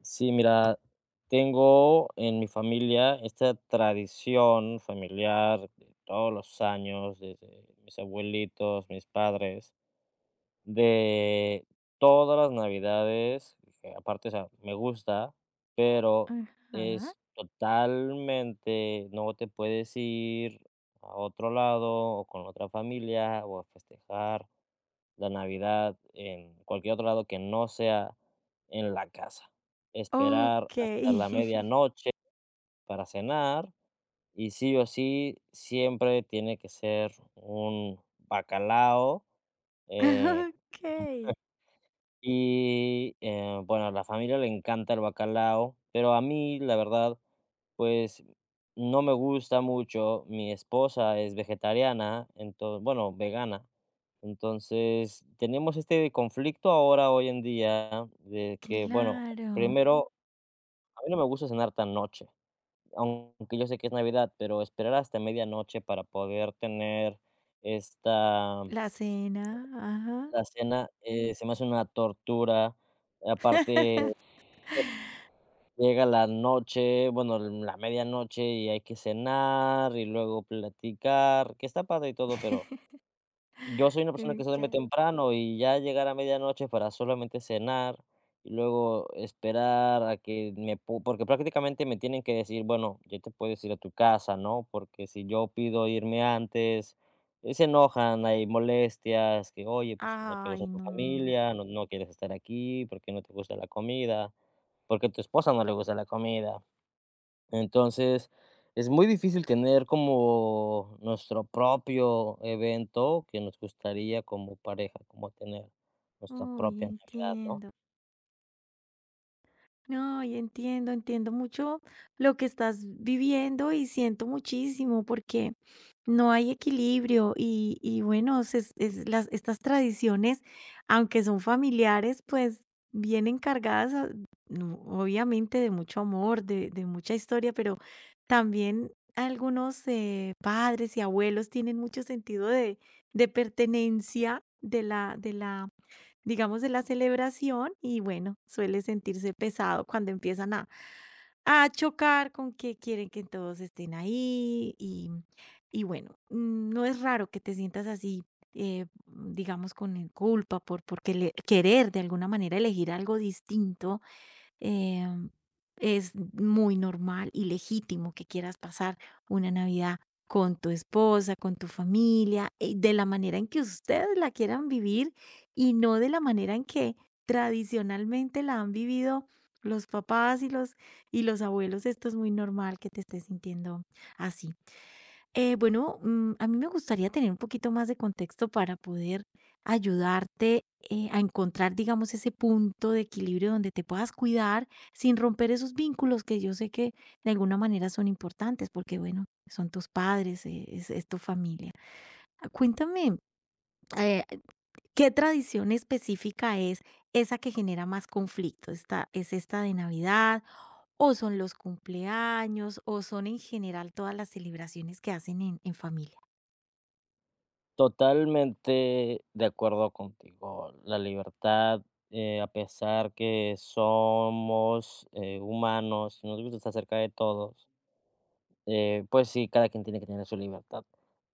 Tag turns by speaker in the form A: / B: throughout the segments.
A: Sí, mira, tengo en mi familia esta tradición familiar de todos los años, desde mis abuelitos, mis padres, de todas las navidades, que aparte, o sea, me gusta, pero
B: Ajá.
A: es totalmente, no te puedes ir a otro lado o con otra familia o a festejar la Navidad en cualquier otro lado que no sea en la casa. Esperar
B: Okey.
A: hasta la medianoche para cenar y sí o sí siempre tiene que ser un bacalao, eh,
B: Okey.
A: y, bueno, a la familia le encanta el bacalao, pero a mí, la verdad, pues, no me gusta mucho. Mi esposa es vegetariana, entonces bueno, vegana. Entonces, tenemos este conflicto ahora, hoy en día, de que, bueno,
B: Claro.
A: primero, a mí no me gusta cenar tan noche, aunque yo sé que es Navidad, pero esperar hasta medianoche para poder tener esta
B: La cena, ajá.
A: la cena, se me hace una tortura. Aparte. Llega la noche, bueno, la medianoche y hay que cenar y luego platicar, que está padre y todo, pero yo soy una persona que se duerme
B: Okey.
A: temprano y ya llegar a medianoche para solamente cenar y luego esperar a que me pu porque prácticamente me tienen que decir: "Bueno, ya te puedes ir a tu casa", ¿no? Porque si yo pido irme antes, se enojan, hay molestias, que: "Oye, pues no te gusta
B: Ay,
A: tu
B: no.
A: familia, no no quieres estar aquí, ¿porque no te gusta la comida? ¿porque a tu esposa no le gusta la comida?". Entonces, es muy difícil tener como nuestro propio evento que nos gustaría como pareja, como tener nuestra
B: Ay,
A: propia Navidad, ¿no?
B: entiendo. No, y entiendo, mucho lo que estás viviendo y siento muchísimo porque no hay equilibrio y, bueno, se es las, estas tradiciones, aunque son familiares, pues vienen cargadas, a- no, obviamente, de mucho amor, de mucha historia, pero también algunos padres y abuelos tienen mucho sentido de, de pertenencia de la, digamos, de la celebración y bueno, suele sentirse pesado cuando empiezan a chocar con que quieren que todos estén ahí y bueno, no es raro que te sientas así, digamos, con el culpa por querer de alguna manera elegir algo distinto. em, es muy normal y legítimo que quieras pasar una Navidad con tu esposa, con tu familia, de la manera en que ustedes la quieran vivir y no de la manera en que tradicionalmente la han vivido los papás y los abuelos. Esto es muy normal que te estés sintiendo así. Bueno, a mí me gustaría tener un poquito más de contexto para poder ayudarte, a encontrar, digamos, ese punto de equilibrio donde te puedas cuidar sin romper esos vínculos que yo sé que de alguna manera son importantes, porque bueno, son tus padres, es tu familia. Cuéntame, eh, ¿qué tradición específica es esa que genera más conflicto? ¿Es esta de Navidad o son los cumpleaños o son en general todas las celebraciones que hacen en familia?
A: Totalmente de acuerdo contigo. La libertad, a pesar que somos, humanos, si nos gusta estar cerca de todos, pues sí, cada quien tiene que tener su libertad.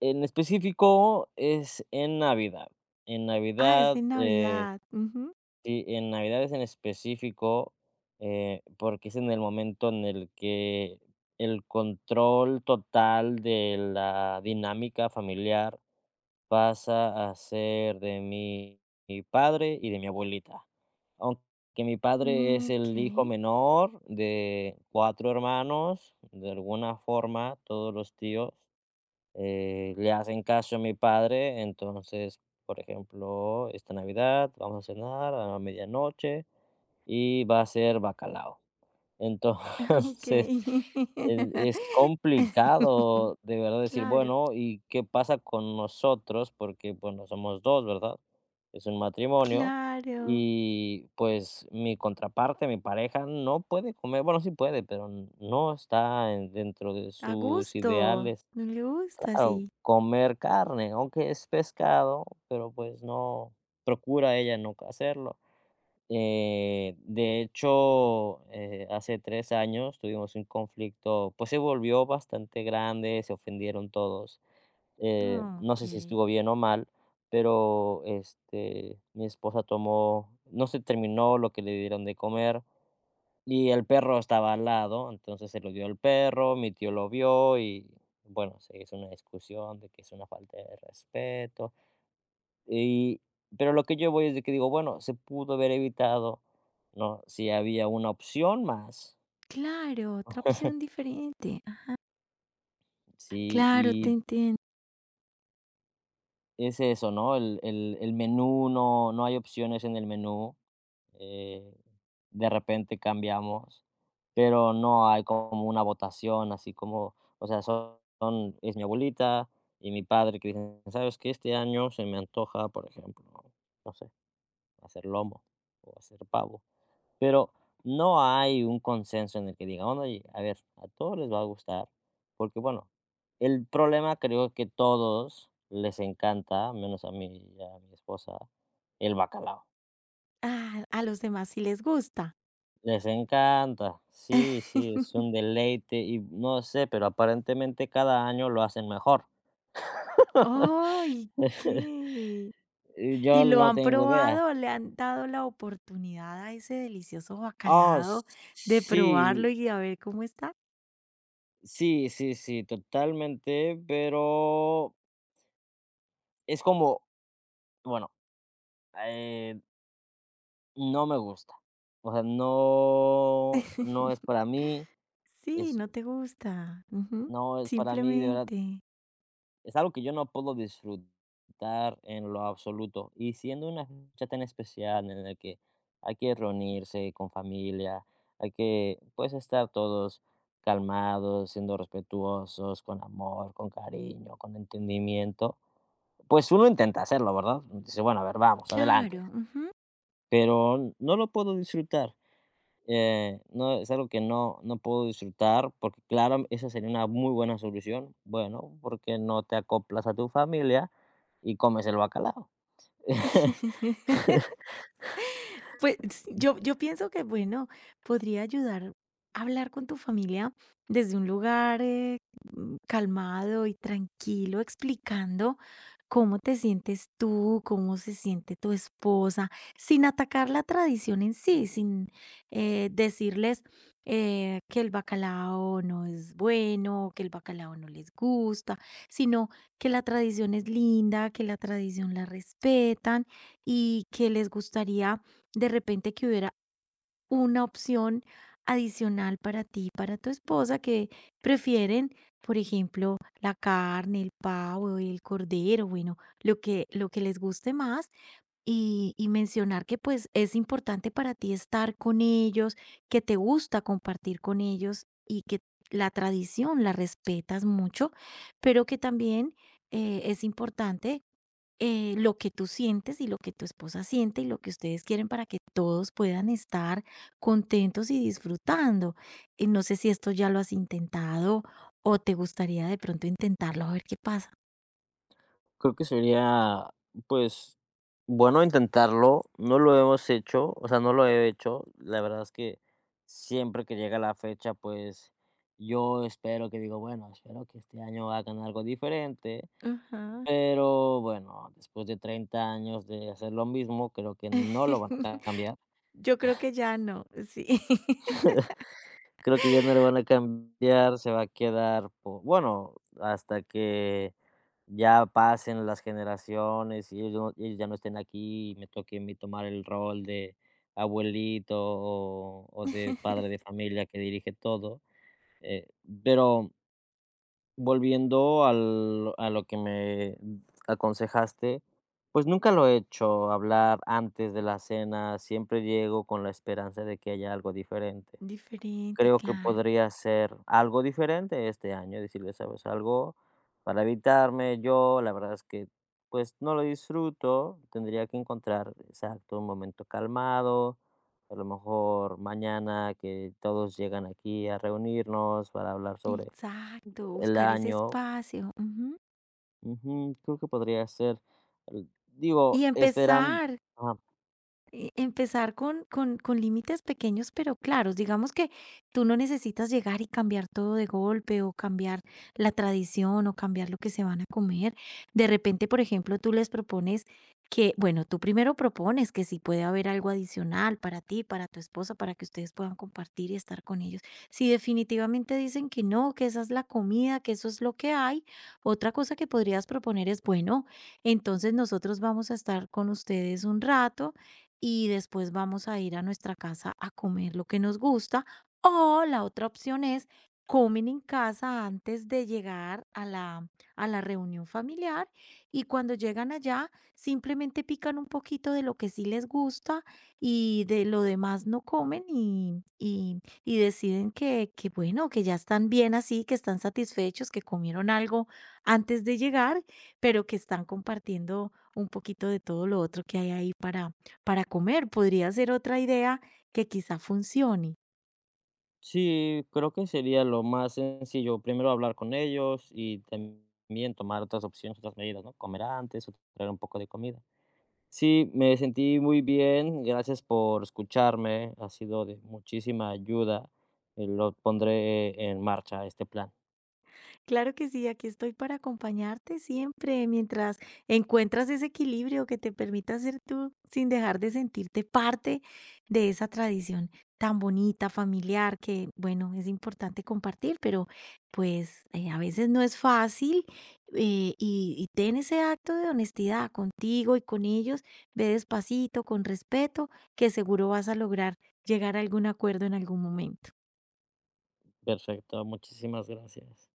A: En específico es en Navidad. En
B: Ah, es
A: Navidad,
B: de Navidad. Ujú.
A: sí, en Navidades en específico, porque es en el momento en el que el control total de la dinámica familiar pasa a ser de mi padre y de mi abuelita. Aunque mi padre es el hijo
B: Okey,
A: menor de cuatro hermanos, de alguna forma, todos los tíos, le hacen caso a mi padre, entonces, por ejemplo, esta Navidad vamos a cenar a la medianoche y va a ser bacalao. Entonces,
B: okey.
A: es complicado de verdad decir,
B: Claro,
A: bueno, ¿y qué pasa con nosotros? Porque, bueno, somos dos, ¿verdad? Es un matrimonio
B: claro.
A: y, pues, mi contraparte, mi pareja, no puede comer, bueno, sí puede, pero no está en dentro de
B: A
A: sus
B: gusto.
A: ideales.
B: No le gusta
A: Claro,
B: así.
A: comer carne, aunque es pescado, pero pues no, procura ella no hacerlo. De hecho, hace 3 años tuvimos un conflicto, pues se volvió bastante grande, se ofendieron todos. No sé si
B: Okey.
A: estuvo bien o mal, pero, mi esposa tomó no se terminó lo que le dieron de comer, y el perro estaba al lado, entonces se lo dio el perro, mi tío lo vio y, bueno, se hizo una discusión de que es una falta de respeto. Y pero lo que yo voy es de que digo, bueno, se pudo haber evitado, ¿no? Si había una opción más.
B: Claro, otra opción diferente.
A: Sí,
B: Claro, te
A: y
B: entiendo.
A: es eso, ¿no? El menú, no no hay opciones en el menú. eh, de repente cambiamos, pero no hay como una votación, así como, o sea, es mi abuelita y mi padre que dicen, ¿sabes qué? Este año se me antoja, por ejemplo, no sé, hacer lomo o hacer pavo, pero no hay un consenso en el que diga, oye, a ver, a todos les va a gustar, porque bueno, el problema creo que todos les encanta, menos a mí y a mi esposa, el bacalao.
B: Ah, a los demás sí les gusta.
A: Les encanta. Sí, sí, es un deleite y no sé, pero aparentemente cada año lo hacen mejor.
B: Ay, ¿qué?
A: Y
B: ¿Y
A: yo
B: lo
A: no
B: han
A: tengo idea.
B: probado? ¿Le han dado la oportunidad a ese delicioso
A: Oh, s
B: bacalao de probarlo
A: sí,
B: y a ver cómo está?
A: sí, sí, sí, totalmente, pero es como, bueno, eh, no me gusta. O sea, no, no es para mí,
B: Sí,
A: es
B: no te gusta. Ujú.
A: no es para mí, de verdad.
B: Simplemente.
A: Es algo que yo no puedo disfrutar en lo absoluto. Y siendo una fecha tan especial en la que hay que reunirse con familia, hay que, pues, estar todos calmados, siendo respetuosos, con amor, con cariño, con entendimiento, pues uno intenta hacerlo, ¿verdad? Dice, bueno, a ver, vamos, adelante.
B: Claro, ujú.
A: Pero no lo puedo disfrutar. No, es algo que no no puedo disfrutar, porque claro, esa sería una muy buena solución. Bueno, porque no te acoplas a tu familia y comes el bacalao.
B: Pues yo pienso que, bueno, podría ayudar a hablar con tu familia desde un lugar, calmado y tranquilo, explicando cómo te sientes tú, cómo se siente tu esposa, sin atacar la tradición en sí, sin, decirles, que el bacalao no es bueno, que el bacalao no les gusta, sino que la tradición es linda, que la tradición la respetan y que les gustaría de repente que hubiera una opción adicional para ti, y para tu esposa, que prefieren, por ejemplo, la carne, el pavo, el cordero, bueno, lo que les guste más, y mencionar que, pues, es importante para ti estar con ellos, que te gusta compartir con ellos y que la tradición la respetas mucho, pero que también, es importante, lo que tú sientes y lo que tu esposa siente y lo que ustedes quieren para que todos puedan estar contentos y disfrutando. No sé si esto ya lo has intentado o te gustaría de pronto intentarlo a ver qué pasa.
A: Creo que sería, pues, bueno intentarlo. No lo hemos hecho, o sea, no lo he hecho. La verdad es que siempre que llega la fecha, pues, yo espero que digo, bueno, espero que este año hagan algo diferente.
B: Ajá.
A: Pero bueno, después de 30 años de hacer lo mismo, creo que no lo van a cambiar.
B: Yo creo que ya no, sí.
A: Creo que ya no lo van a cambiar, se va a quedar, po bueno, hasta que ya pasen las generaciones y ellos ya no estén aquí y me toque a mí tomar el rol de abuelito o de padre de familia que dirige todo, eh, pero volviendo al a lo que me aconsejaste, pues nunca lo he hecho, hablar antes de la cena, siempre llego con la esperanza de que haya algo diferente.
B: Diferente,
A: Creo que
B: claro.
A: podría ser algo diferente este año, decirle: "¿Sabes algo?, para evitarme, yo la verdad es que, pues, no lo disfruto, tendría que encontrar, exacto, un momento calmado, a lo mejor mañana que todos llegan aquí a reunirnos para hablar sobre
B: Exacto,
A: el
B: buscar ese
A: año".
B: espacio, ujú.
A: Ujú, creo que podría ser, l digo,
B: Y
A: esperando
B: empezar,
A: ah,
B: empezar con, con límites pequeños pero claros. Digamos que tú no necesitas llegar y cambiar todo de golpe o cambiar la tradición o cambiar lo que se van a comer. De repente, por ejemplo, tú les propones que, bueno, tú primero propones que si puede haber algo adicional para ti, para tu esposa, para que ustedes puedan compartir y estar con ellos. Si definitivamente dicen que no, que esa es la comida, que eso es lo que hay, otra cosa que podrías proponer es, bueno, entonces nosotros vamos a estar con ustedes un rato y después vamos a ir a nuestra casa a comer lo que nos gusta. O la otra opción es comen en casa antes de llegar a a la reunión familiar y cuando llegan allá simplemente pican un poquito de lo que sí les gusta y de lo demás no comen y deciden que bueno, que ya están bien así, que están satisfechos, que comieron algo antes de llegar, pero que están compartiendo un poquito de todo lo otro que hay ahí para comer, podría ser otra idea que quizá funcione.
A: sí, creo que sería lo más sencillo, primero hablar con ellos y también tomar otras opciones, otras medidas, ¿no? Comer antes o traer un poco de comida. Sí, me sentí muy bien, gracias por escucharme, ha sido de muchísima ayuda, lo pondré en marcha este plan.
B: Claro que sí, aquí estoy para acompañarte siempre mientras encuentras ese equilibrio que te permita ser tú sin dejar de sentirte parte de esa tradición tan bonita, familiar, que bueno, es importante compartir, pero pues, a veces no es fácil, y ten ese acto de honestidad contigo y con ellos, ve despacito, con respeto, que seguro vas a lograr llegar a algún acuerdo en algún momento.
A: Perfecto, muchísimas gracias.